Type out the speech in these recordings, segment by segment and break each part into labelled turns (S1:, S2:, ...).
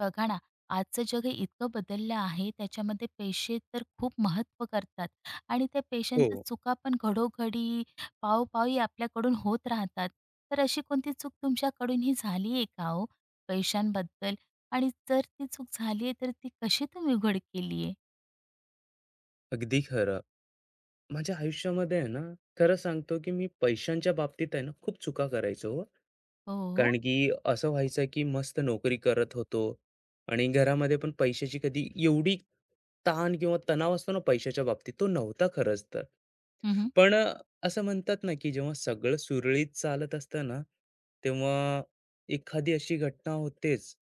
S1: बघा ना. आजचं जग हे इतकं बदललं आहे, त्याच्यामध्ये पैसे तर खूप महत्त्व करतात. आणि त्या पैशांच्या
S2: हो,
S1: चुका पण घडोघडी पावपावी आपल्याकडून होत राहतात. तर अशी कोणती चूक तुमच्याकडूनही झाली आहे का हो, पैशांबद्दल? आणि जर ती चूक झाली आहे, तर ती कशी तुम्ही उघड केली आहे?
S2: अगदी खरं. माझ्या आयुष्यामध्ये आहे ना, खरं सांगतो, की मी पैशांच्या बाबतीत आहे ना, खूप चुका करायचो हो.
S1: हो.
S2: कारण की असं व्हायचं की मस्त नोकरी करत होतो आणि घरामध्ये पण पैशाची कधी एवढी ताण किंवा तणाव असतो ना पैशाच्या बाबतीत तो नव्हता खरंच तर.
S1: हम्म.
S2: पण असं म्हणतात ना की जेव्हा सगळं सुरळीत चालत असतं ना, तेव्हा एखादी अशी घटना होतेच,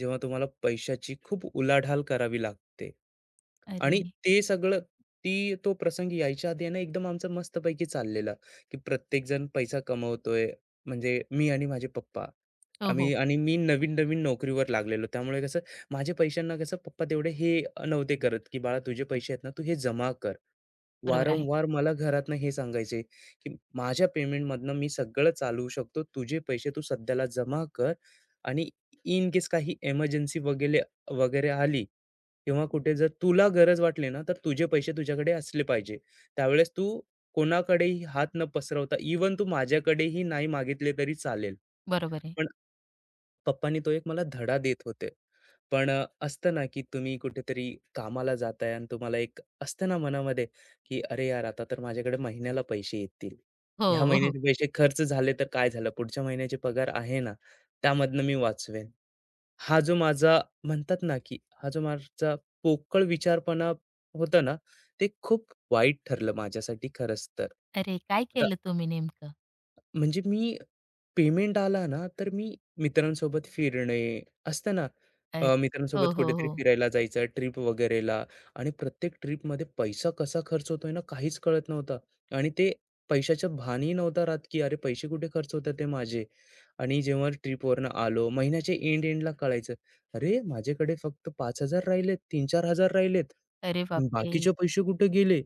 S2: जेव्हा तुम्हाला पैशाची खूप उलाढाल करावी लागते.
S1: अरे.
S2: आणि ते सगळं तो प्रसंग यायच्या आधी आहे ना एकदम आमचं मस्तपैकी चाललेलं, की प्रत्येकजण पैसा कमवतोय म्हणजे मी आणि माझे पप्पा.
S1: हो, हो.
S2: आम्ही आणि मी नवीन-नवीन नोकरीवर लागलेलो. त्यामुळे कसं माझ्या पैशांना कसं पप्पा तेवढे हे नव्हते करत, की "बाळा तुझे पैसे आहेत ना, तू हे जमा कर."
S1: बरोबर आहे.
S2: वारंवार मला घरातनं हे सांगायचे, की माझ्या पेमेंटमधनं मी सगळं चालवू शकतो. तुझे पैसे तू सध्याला जमा कर आणि इन केस काही एमर्जन्सी वगैरे वगैरे आली किंवा कुठे जर तुला गरज वाटली ना, तर तुझे पैसे तुझ्याकडे असले पाहिजे. त्यावेळेस तू कोणाकडेही हात न पसरवता इव्हन तू माझ्याकडेही नाही मागितले तरी चालेल.
S1: बरोबर आहे.
S2: पण पप्पांनी तो एक मला धडा देत होते. पण असतं ना, की तुम्ही कुठेतरी कामाला जाताय आणि तुम्हाला एक असतं ना मनामध्ये, की "अरे यार, आता तर माझ्याकडे महिन्याला पैसे येतील.
S1: हो,
S2: ह्या
S1: हो.
S2: महिन्याचे पैसे खर्च झाले तर काय झालं? पुढच्या महिन्याचे पगार आहे ना, त्यामधनं मी वाचवेन." हा जो माझा म्हणतात ना, की हा जो माझा पोकळ विचारपणा होता ना, ते खूप वाईट ठरलं माझ्यासाठी खरंच तर.
S1: अरे, काय केलं तुम्ही नेमकं?
S2: म्हणजे मी पेमेंट आला ना, तर मी मित्रांसोबत फिरणे असतं ना,
S1: अरे. हो,
S2: मित्रांसोबत
S1: हो,
S2: कुठेतरी
S1: हो.
S2: फिरायला जायचं, ट्रिप वगैरेला आणि प्रत्येक ट्रिपमध्ये पैसा कसा खर्च होतोय ना, काहीच कळत नव्हता आणि ते पैशाच्या भानही नव्हता राहत, की अरे पैसे कुठे खर्च होतात ते माझे. आणि जेव्हा ट्रिपवरनं आलो, महिन्याच्या एंडला कळायचं, "अरे माझ्याकडे फक्त 5,000 राहिलेत, 3-4,000 राहिलेत.
S1: अरे बापरे!
S2: बाकीचे पैसे कुठे गेले?"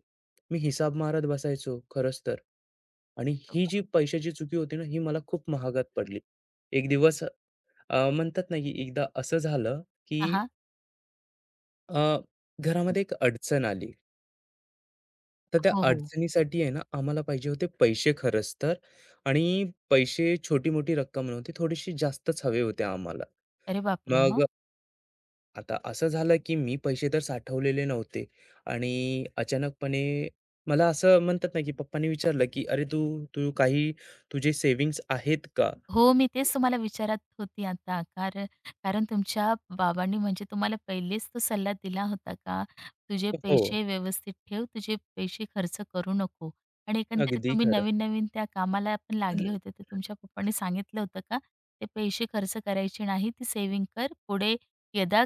S2: मी हिसाब मारत बसायचो खरंच तर. आणि ही जी
S1: हा.
S2: पैशाची चुकी होती ना, ही मला खूप महागात पडली. एक दिवस म्हणतात ना, की एकदा असं झालं, की
S1: हा.
S2: अ, घरामध्ये एक अडचण आली. तर त्या
S1: हो, हो.
S2: अडचणीसाठी आहे ना, आम्हाला पाहिजे होते पैसे खरंच तर आणि पैसे छोटी-मोठी रक्कम नव्हती, थोडीशी जास्तच हवे होते आम्हाला.
S1: अरे बापरे!
S2: मग
S1: मग?
S2: आता असं झालं, की मी पैसे तर साठवलेले नव्हते आणि अचानकपणे मला असं म्हणतात ना, की पप्पांनी विचारलं, की "अरे, तू तू काही तुझे सेव्हिंग्ज आहेत का?"
S1: हो, मी तेच तुम्हाला विचारत होती आता. कारण, कारण तुमच्या बाबांनी म्हणजे तुम्हाला पहिलेच तो सल्ला दिला होता का, तुझे
S2: हो,
S1: पैसे व्यवस्थित ठेव, तुझे पैसे खर्च करू नको. आणि एकंदरीत
S2: अगदी
S1: तुम्ही
S2: खरं.
S1: नवीन-नवीन त्या कामाला पण लागले होते, तर तुमच्या पप्पांनी सांगितलं होतं का, ते पैसे खर्च करायचे नाही, ती सेव्हिंग कर. पुढे यदा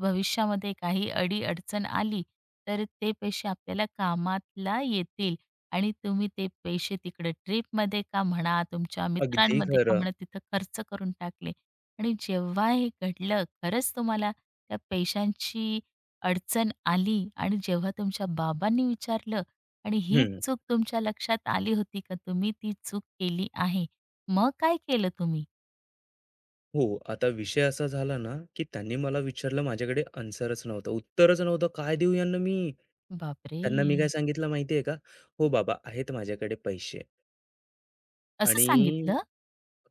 S1: भविष्यामध्ये काही अडी-अडचण आली, तर ते पैसे आपल्याला कामाला येतील. आणि तुम्ही ते पैसे तिकडे ट्रिपमध्ये का म्हणा, तुमच्या
S2: अगदी
S1: मित्रांमध्ये का
S2: खरं.
S1: म्हणा, तिथं खर्च करून टाकले. आणि जेव्हा हे घडलं, खरंच तुम्हाला त्या पैशांची अडचण आली, आणि जेव्हा तुमच्या बाबांनी विचारलं, आणि ही
S2: हं.
S1: चूक तुमच्या लक्षात आली होती का तुम्ही ती चूक केली आहे? मग काय केलं तुम्ही?
S2: हो. आता विषय असा झाला ना, की त्यांनी मला विचारलं माझ्याकडे आन्सरच नव्हतं, उत्तरच नव्हतं. काय देऊ यांना मी?
S1: बापरे!
S2: त्यांना मी काय सांगितलं माहिती का? "हो बाबा, आहेत माझ्याकडे पैसे"
S1: असं
S2: आणि
S1: सांगितलं?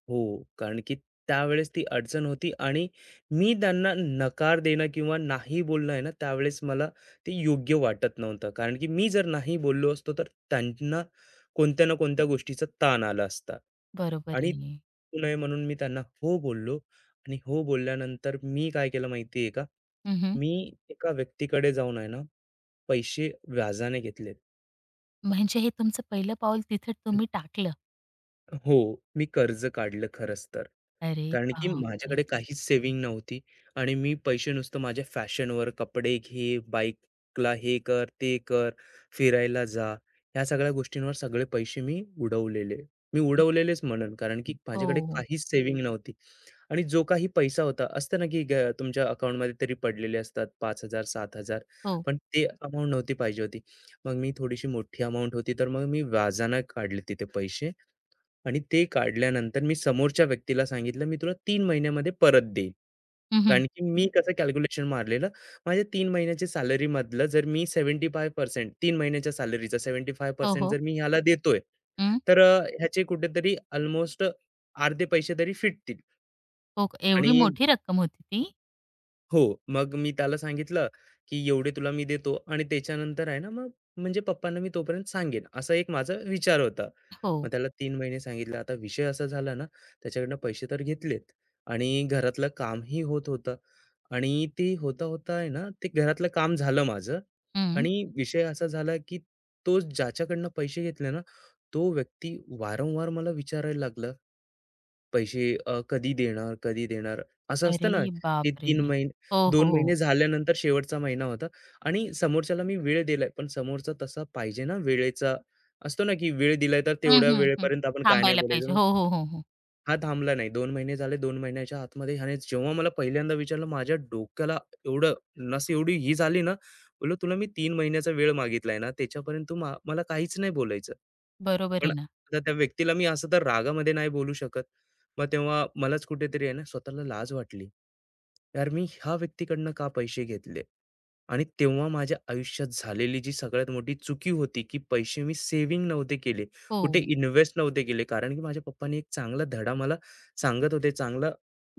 S2: हो, कारण की त्यावेळेस ती अडचण होती आणि मी त्यांना नकार देणं किंवा नाही बोलणं आहे ना, त्यावेळेस मला ते योग्य वाटत नव्हतं. कारण की मी जर नाही बोललो असतो, तर त्यांना कोणत्या ना कोणत्या गोष्टीचा ताण आला असता.
S1: बरोबर
S2: आणि
S1: आहे.
S2: होऊ नये म्हणून मी त्यांना हो बोललो आणि हो बोलल्यानंतर मी काय केलं माहिती आहे का?
S1: हं,
S2: मी एका व्यक्तीकडे जाऊन आहे ना, पैसे व्याजाने घेतलेत.
S1: म्हणजे हे तुमचं पहिलं पाऊल तिथं तुम्ही टाकलं.
S2: हो, मी कर्ज काढलं खरंच तर.
S1: अरे
S2: कारण की
S1: बापरे!
S2: माझ्याकडे काहीच सेव्हिंग नव्हती आणि मी पैसे नुसतं माझ्या फॅशनवर कपडे घे, बाईकला हे कर, ते कर, फिरायला जा, ह्या सगळ्या गोष्टींवर सगळे पैसे मी उडवलेले. मी उडवलेलेच म्हणेन कारण की माझ्याकडे
S1: हो,
S2: काहीच सेव्हिंग नव्हती आणि जो काही पैसा होता असतं ना की ग तुमच्या अकाउंटमध्ये तरी पडलेले असतात 5,000 7,000
S1: हो.
S2: पण ते अमाउंट नव्हती पाहिजे होती. मग मी थोडीशी मोठी अमाउंट होती तर मग मी व्याजानं काढले तिथे पैसे. आणि ते काढल्यानंतर मी समोरच्या व्यक्तीला सांगितलं, "मी तुला 3 महिन्यामध्ये परत देईन."
S1: हं,
S2: कारण की मी कसं कॅल्क्युलेशन मारलेलं, माझ्या 3 महिन्याच्या सॅलरीमधलं जर मी 75% 3 महिन्याच्या सॅलरीचा
S1: हो,
S2: 75%
S1: हो.
S2: जर मी ह्याला देतोय,
S1: हं.
S2: तर ह्याचे कुठेतरी अल्मोस्ट अर्धे पैसे तरी फिटतील
S1: हो, का? एवढी
S2: आणि
S1: मोठी रक्कम होती ती?
S2: हो, मग मी त्याला सांगितलं, की "एवढे तुला मी देतो" आणि त्याच्यानंतर आहे ना, मग म्हणजे पप्पांना मी तोपर्यंत सांगेन, असा एक माझा विचार होता.
S1: हो.
S2: मग त्याला 3 महिने सांगितलं. आता विषय असा झाला ना, त्याच्याकडनं पैसे तर घेतलेत आणि घरातलं कामही होत होतं आणि ते होता-होता आहे ना, ते घरातलं काम झालं माझं
S1: हं.
S2: आणि विषय असा झाला, की तो ज्याच्याकडनं पैसे घेतले ना, तो व्यक्ती वारंवार मला विचारायला लागला पैसे कधी देणार, कधी देणार? असं असतं
S1: अरे
S2: ना, की
S1: बापरे!
S2: 3 महिने
S1: हो, हो,
S2: 2
S1: हो.
S2: महिने झाल्यानंतर शेवटचा महिना होता आणि समोरच्याला मी वेळ दिलाय, पण समोरचा तसा पाहिजे ना वेळेचा असतो ना, की वेळ दिलाय तर
S1: हं,
S2: तेवढ्या
S1: हं, हं.
S2: वेळेपर्यंत आपण काय नाही
S1: थांबायला
S2: बोलायचं.
S1: पाहिजे.
S2: पण
S1: हो, हो, हो, हो.
S2: हा थांबला नाही. 2 महिने झाले. 2 महिन्याच्या आतमध्ये ह्याने जेव्हा मला पहिल्यांदा विचारलं, माझ्या डोक्याला एवढं नस एवढी ही झाली ना, बोललो, "तुला मी 3 महिन्याचा वेळ मागितलाय ना, त्याच्यापर्यंत तू मला काहीच नाही बोलायचं."
S1: बरोबर
S2: पण
S1: आहे ना.
S2: आता त्या व्यक्तीला मी असं तर रागामध्ये नाही बोलू शकत. मग तेव्हा मलाच कुठेतरी आहे ना, स्वतःला लाज वाटली. यार, मी ह्या व्यक्तीकडनं का पैसे घेतले? आणि तेव्हा माझ्या आयुष्यात झालेली जी सगळ्यात मोठी चुकी होती, की पैसे मी सेव्हिंग नव्हते केले. कुठे
S1: हो.
S2: इन्व्हेस्ट नव्हते केले. कारण की माझ्या पप्पांनी एक चांगला धडा मला सांगत होते, चांगलं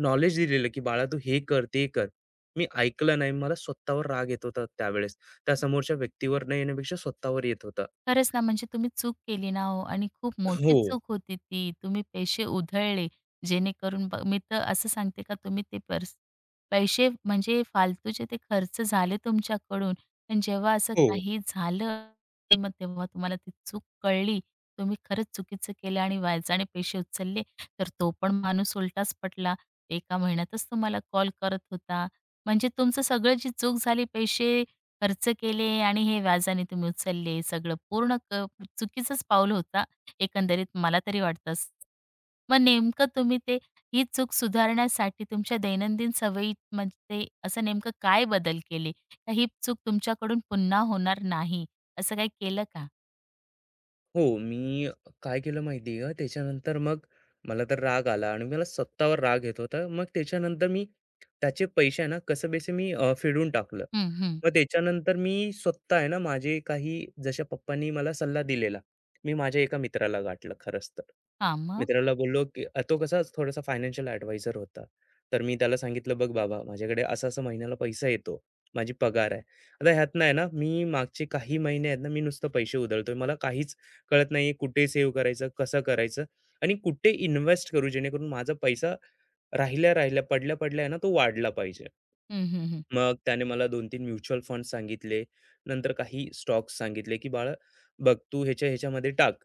S2: नॉलेज दिलेलं, की "बाळा तू हे कर, ते कर." मी ऐकलं नाही. मला स्वतःवर राग येत होता त्यावेळेस. त्या समोरच्या व्यक्तीवर न येण्यापेक्षा स्वतःवर येत होता.
S1: खरंच ना, म्हणजे तुम्ही चूक केली ना हो, आणि खूप मोठी
S2: हो,
S1: चूक होती ती. तुम्ही पैसे उधळले, जेणेकरून ब मी तर असं सांगते का, तुम्ही ते पर्स पैसे म्हणजे फालतूचे ते खर्च झाले तुमच्याकडून. पण जेव्हा असं
S2: हो.
S1: काही झालं, ते मग तेव्हा तुम्हाला ती चूक कळली. तुम्ही खरंच चुकीचं केलं आणि व्याजाने पैसे उचलले, तर तो पण माणूस उलटाच पटला. एका महिन्यातच तुम्हाला कॉल करत होता. म्हणजे तुमचं सगळं, जी चूक झाली, पैसे खर्च केले आणि हे व्याजाने तुम्ही उचलले. सगळं पूर्ण क चुकीचंच पाऊल होता एकंदरीत, मला तरी वाटतं असं. मग नेमकं तुम्ही ते ही चूक सुधारण्यासाठी तुमच्या दैनंदिन सवयीमध्ये असं नेमकं काय बदल केले? का ही चूक तुमच्याकडून पुन्हा होणार नाही, असं काही केलं का?
S2: हो, मी काय केलं माहिती का? त्याच्यानंतर मग मला तर राग आला आणि मला स्वतःवर राग येत होता. मग त्याच्यानंतर मी त्याचे पैसे आहे ना कसं बेसे मी फेडून टाकलं.
S1: हं, हं.
S2: मग त्याच्यानंतर मी स्वतः आहे ना माझे काही जशा पप्पांनी मला सल्ला दिलेला, मी माझ्या एका मित्राला गाठलं खरंच तर.
S1: हां, मग?
S2: मित्राला बोललो, की तो कसा थोडासा फायनान्शियल ॲडवायझर होता. तर मी त्याला सांगितलं, "बघ बाबा, माझ्याकडे असं-असं महिन्याला पैसा येतो. माझी पगार आहे. आता ह्यातनं आहे ना मी मागचे काही महिने आहेत ना, मी नुसतं पैसे उधळतोय. मला काहीच कळत नाही कुठे सेव्ह करायचं, कसं करायचं आणि कुठे इन्व्हेस्ट करू जेणेकरून माझा पैसा राहिल्या, राहिल्या, पडल्या, पडल्या आहे ना तो वाढला पाहिजे.
S1: हं, हं, हं.
S2: मग त्याने मला 2-3 म्युच्युअल फंड सांगितले. नंतर काही स्टॉक्स सांगितले, की "बाळा बघ तू ह्याच्यामध्ये टाक."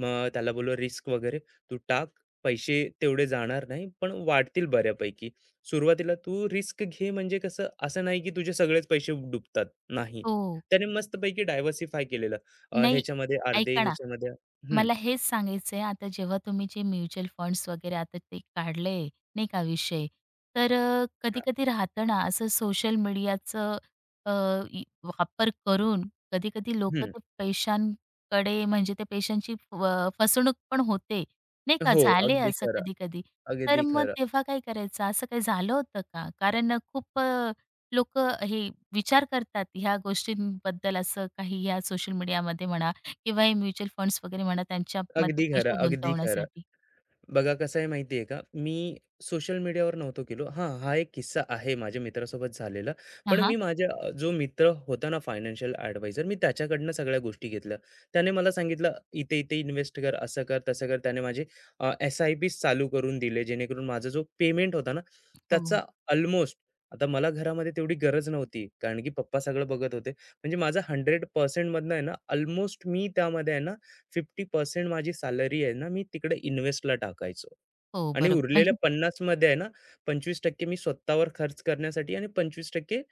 S2: मग त्याला बोललो रिस्क वगैरे तू टाक. पैसे तेवढे जाणार नाही, पण वाढतील बऱ्यापैकी. सुरुवातीला तू रिस्क घे म्हणजे कसं असं नाही, की तुझे सगळेच पैसे डुबतात. नाही.
S1: हो.
S2: त्याने मस्तपैकी डायव्हर्सिफाय केलेलं.
S1: नाही,
S2: ह्याच्यामध्ये अर्धे,
S1: ऐका ना,
S2: ह्याच्यामध्ये हं,
S1: मला हेच सांगायचं आहे, आता जेव्हा तुम्ही जे म्युच्युअल फंड्स वगैरे आता ते काढले, नाही का विषय, तर
S2: हां,
S1: कधी-कधी राहतं ना असं सोशल मीडियाचं, अ, वापर करून कधी-कधी लोकं ते पैशांकडे म्हणजे ते पैशांची फसवणूक पण होते, नाही का?
S2: हो,
S1: झाले
S2: अगदी
S1: असं
S2: खरं,
S1: कधी-कधी. तर
S2: अगदी
S1: मग
S2: खरं,
S1: तेव्हा काय करायचं? असं काही झालं होतं का? कारण खूप हे विचार करतात ह्या गोष्टींबद्दल, असं काही ह्या सोशल मीडियामध्ये म्हणा किंवा हे म्युच्युअल फंड्स वगैरे म्हणा, त्यांच्यामध्ये
S2: अगदी खरं,
S1: पैसे
S2: अगदी खरं.
S1: गुंतवण्यासाठी.
S2: बघा कसं आहे माहिती आहे का? मी सोशल मीडियावर नव्हतो गेलो. हां, हा एक किस्सा आहे माझ्या मित्रासोबत झालेला.
S1: हां,
S2: पण
S1: हां.
S2: मी माझ्या जो मित्र होता ना फायनान्शियल ॲडवायझर, मी त्याच्याकडनं सगळ्या गोष्टी घेतल्या. त्याने मला सांगितलं, "इथे-इथे इन्व्हेस्ट कर, असं कर, तसं कर." त्याने माझे एस-आय-पीज चालू करून दिले, जेणेकरून माझा जो पेमेंट होता ना,
S1: हो, हो.
S2: त्याचा अल्मोस्ट आता मला घरामध्ये तेवढी गरज नव्हती, कारण की पप्पा सगळं बघत होते. म्हणजे माझा 100% मधनं आहे ना, अल्मोस्ट मी त्यामध्ये आहे ना 50% माझी सॅलरी आहे ना, मी तिकडे इन्व्हेस्टला टाकायचो.
S1: हो,
S2: आणि
S1: बरोबर.
S2: उरलेल्या
S1: म्हणजे
S2: पन्नास मध्ये आहे ना, 25% मी स्वतःवर खर्च करण्यासाठी आणि 25%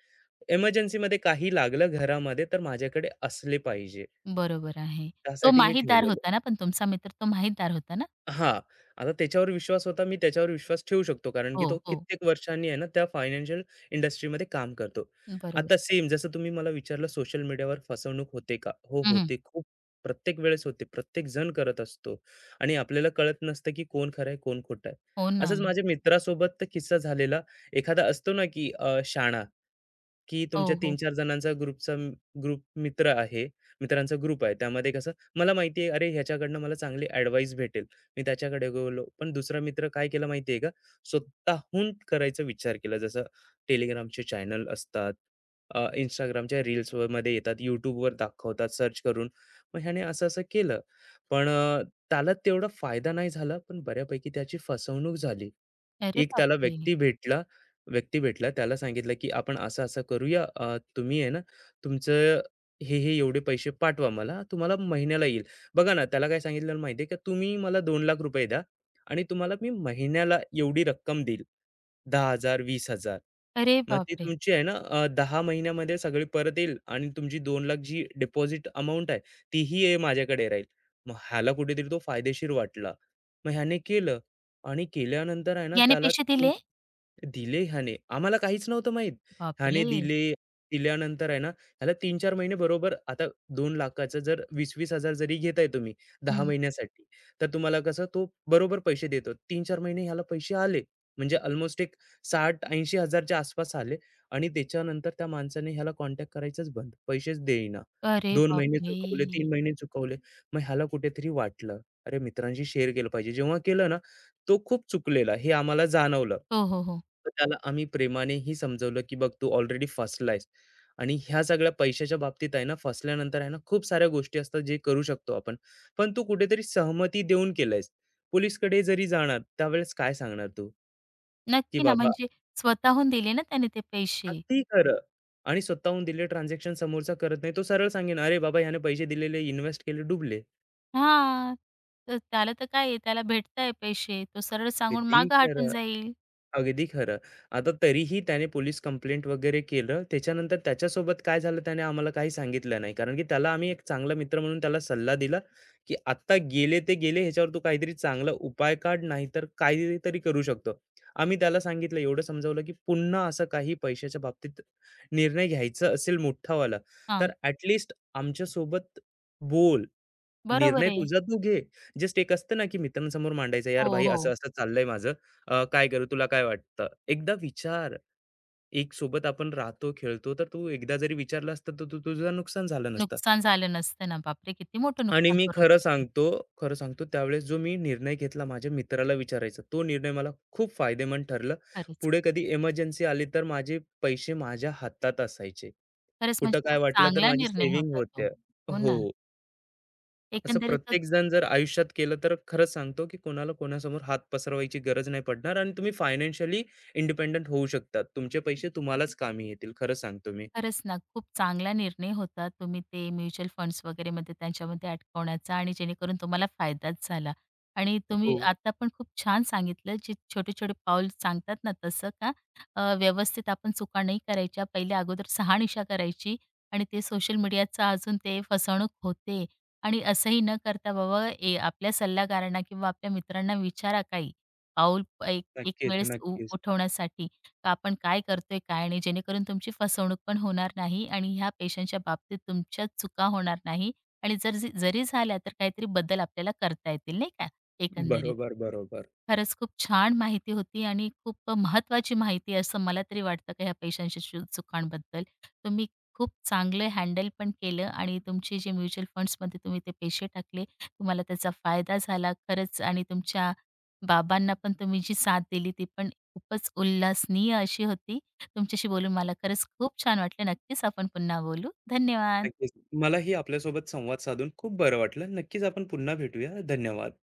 S2: एमर्जन्सीमध्ये काही लागलं घरामध्ये तर माझ्याकडे असले पाहिजे.
S1: बरोबर आहे. तो
S2: त्यासाठी मी
S1: माहीतदार
S2: ठेवलेले.
S1: होता ना, पण तुमचा मित्र तो माहीतदार होता ना?
S2: हा आता त्याच्यावर विश्वास होता, मी त्याच्यावर विश्वास ठेवू शकतो. कारण की
S1: हो,
S2: तो
S1: हो.
S2: कित्येक वर्षांनी आहे ना, त्या फायनान्शियल इंडस्ट्रीमध्ये काम करतो.
S1: बरोबर.
S2: आता सेम जसं तुम्ही मला विचारलं, सोशल मीडियावर फसवणूक होते का? हो,
S1: हं, हं.
S2: होते. खूप प्रत्येक वेळेस होते. प्रत्येक जण करत असतो आणि आपल्याला कळत नसतं, की कोण खरं आहे, कोण खोटं आहे.
S1: हो ना.
S2: असंच माझ्या मित्रासोबत तर किस्सा झालेला. एखादा असतो ना, की शहाणा की तुमच्या
S1: हो,
S2: तीन
S1: हो.
S2: चार जणांचा ग्रुपचा ग्रुप मित्र आहे, मित्रांचा ग्रुप आहे. त्यामध्ये कसं मला माहिती आहे, अरे ह्याच्याकडनं मला चांगली ॲडवाईस भेटेल. मी त्याच्याकडे गेलो. पण दुसरा मित्र काय केलं माहिती आहे का? स्वतःहून करायचा विचार केला. जसं Telegramचे चॅनल असतात, Instagramच्या रील्समध्ये येतात, YouTubeवर दाखवतात सर्च करून. मग ह्याने असं असं केलं. पण त्याला तेवढा फायदा नाही झाला, पण बऱ्यापैकी त्याची फसवणूक झाली.
S1: अरे
S2: एक त्याला
S1: बापरे!
S2: व्यक्ती भेटला त्याला सांगितलं की आपण असं असं करूया तुम्ही आहे ना तुमचं हे हे एवढे पैसे पाठवा मला तुम्हाला महिन्याला येईल. बघा ना त्याला काय सांगितलं माहिती का तुम्ही मला 2,00,000 रुपये द्या आणि तुम्हाला मी महिन्याला एवढी रक्कम देईल 10,000 20,000
S1: अरे
S2: मग ती
S1: बापरे!
S2: तुमची आहे ना 10 महिन्यामध्ये सगळी परत येईल आणि तुमची 2,00,000 जी डिपॉझिट अमाऊंट आहे तीही आहे माझ्याकडे राहील. मग ह्याला कुठेतरी तो फायदेशीर वाटला. मग ह्याने केलं आणि केल्यानंतर आहे ना
S1: याने
S2: त्याला
S1: पैसे
S2: हं.
S1: दिले?
S2: दिले ह्याने. आम्हाला काहीच नव्हतं माहीत. ह्याने
S1: बापरे!
S2: दिले, दिल्यानंतर आहे ना, ह्याला 3-4 महिने बरोबर आता 2,00,000चं जर 20 हजार जरी घेताय तुम्ही 10
S1: हं.
S2: महिन्यासाठी, तर तुम्हाला कसं तो बरोबर पैसे देतो. तीन चार महिने ह्याला पैसे आले. म्हणजे अल्मोस्ट एक 60,000-80,000 च्या आसपास आले आणि त्याच्यानंतर त्या माणसाने ह्याला कॉन्टॅक्ट करायचंच बंद. पैसेच देईना.
S1: अरे
S2: 2 महिने
S1: बापरे!
S2: चुकवले, 3 महिने चुकवले. मग ह्याला कुठेतरी वाटलं, "अरे मित्रांशी शेअर केलं पाहिजे." जेव्हा केलं ना तो खूप चुकलेला हे आम्हाला जाणवलं.
S1: हो, हो, हो.
S2: तर त्याला आम्ही प्रेमानेही समजावलं, की "बघ तू ऑलरेडी फसलायस आणि ह्या सगळ्या पैशाच्या बाबतीत आहे ना, फसल्यानंतर आहे ना, खूप साऱ्या गोष्टी असतात जे करू शकतो आपण. पण तू कुठेतरी सहमती देऊन केलंयस. पोलिसकडे जरी जाणार त्यावेळेस काय सांगणार तू?" की
S1: नक्की ना,
S2: बाबा
S1: म्हणजे स्वतःहून दिले ना त्याने ते पैसे.
S2: अगदी खरं आणि स्वतःहून दिले ट्रान्झॅक्शन समोरचा करत नाही. तो सरळ सांगेन, "अरे बाबा ह्याने पैसे दिलेले, इन्व्हेस्ट केले, डुबले."
S1: हां. तर त्याला तर काय आहे, त्याला भेटताय पैसे. तो सरळ सांगून
S2: अगदी
S1: मागं हटून
S2: खरं.
S1: जाईल.
S2: अगदी खरं. आता तरीही त्याने पोलीस कंप्लेंट वगैरे केलं. त्याच्यानंतर त्याच्यासोबत काय झालं त्याने आम्हाला काही सांगितलं नाही. कारण की त्याला आम्ही एक चांगला मित्र म्हणून त्याला सल्ला दिला, की "आत्ता गेले ते गेले, ह्याच्यावर तू काहीतरी चांगला उपाय काढ, नाहीतर काहीतरी करू शकतो." आम्ही त्याला सांगितलं, एवढं समजावलं, की पुन्हा असं काही पैशाच्या बाबतीत निर्णय घ्यायचा असेल मोठावाला,
S1: हां.
S2: तर ॲट आमच्यासोबत बोल.
S1: बरोबर
S2: निर्णय
S1: आहे.
S2: तुझा तू घे. जस्ट एक असतं ना, की मित्रांसमोर मांडायचं,
S1: हो,
S2: "यार भाई
S1: हो.
S2: असं-असं चाललंय माझं. काय करू? तुला काय वाटतं?" एकदा विचार. एक सोबत आपण राहतो, खेळतो, तर तू एकदा जरी विचारलं असतं, तर तू तुझं नुकसान झालं नसतं.
S1: नुकसान झालं नसतं ना. बापरे! किती मोठं
S2: आणि
S1: नुकसान
S2: मी
S1: करून
S2: खरं
S1: बसलं.
S2: सांगतो खरं सांगतो, त्यावेळेस जो मी निर्णय घेतला माझ्या मित्राला विचारायचा, तो निर्णय मला खूप फायदेमंद ठरला.
S1: खरंच,
S2: पुढे कधी इमर्जन्सी आली, तर माझे पैसे माझ्या हातात असायचे.
S1: खरंच
S2: कुठं
S1: म्हणजे
S2: काय
S1: खूप
S2: वाटलं, तर
S1: चांगला
S2: माझी
S1: निर्णय
S2: सेव्हिंग
S1: होता तो.
S2: होते.
S1: हो ना.
S2: हो. असं
S1: एकंदरीत
S2: प्रत्येकजण जर आयुष्यात केलं तर खरंच सांगतो, की कोणाला कोणासमोर हात पसरवायची गरज नाही पडणार आणि तुम्ही फायनान्शियली इंडिपेंडंट होऊ शकतात. तुमचे पैसे तुम्हालाच कामी येतील. खरं सांगतो मी.
S1: खरंच ना, खूप चांगला निर्णय होता. तुम्ही ते म्युच्युअल फंड्स वगैरेमध्ये त्यांच्यामध्ये अडकवण्याचा, आणि जेणेकरून तुम्हाला फायदाच झाला. आणि तुम्ही
S2: हो.
S1: आता पण खूप छान सांगितलं, जे छोटे-छोटे पाऊल सांगतात ना, तसं का व्यवस्थित आपण चुका नाही करायच्या. पहिले अगोदर शहानिशा करायची, आणि ते सोशल मीडियाचं अजून ते फसवणूक होते, आणि असंही न करता बाबा ए आपल्या सल्लागारांना किंवा आपल्या मित्रांना विचारा काही पाऊल एक एक
S2: नक्कीच,
S1: वेळेस
S2: नक्कीच.
S1: उठवण्यासाठी. का आपण काय करतोय, काय नाही, जेणेकरून तुमची फसवणूक पण होणार नाही आणि ह्या पेशंटच्या बाबतीत तुमच्या चुका होणार नाही, आणि जर जरी झाल्या, तर काहीतरी बदल आपल्याला करता येतील, नाही का, एकंदरीत.
S2: बरोबर, बरोबर.
S1: खरंच खूप छान माहिती होती आणि खूप महत्वाची माहिती, असं मला तरी वाटतं का ह्या पैशांच्या चुकांबद्दल. तुम्ही खूप चांगलं हँडल पण केलं आणि तुमचे जे म्युच्युअल फंड्समध्ये तुम्ही ते पैसे टाकले, तुम्हाला त्याचा फायदा झाला खरंच, आणि तुमच्या बाबांना पण तुम्ही जी साथ दिली ती पण खूपच उल्हासनीय अशी होती. तुमच्याशी बोलून मला खरंच खूप छान वाटलं. नक्कीच आपण पुन्हा बोलू. धन्यवाद.
S2: नक्कीच. मलाही आपल्यासोबत संवाद साधून खूप बरं वाटलं. नक्कीच आपण पुन्हा भेटूया. धन्यवाद.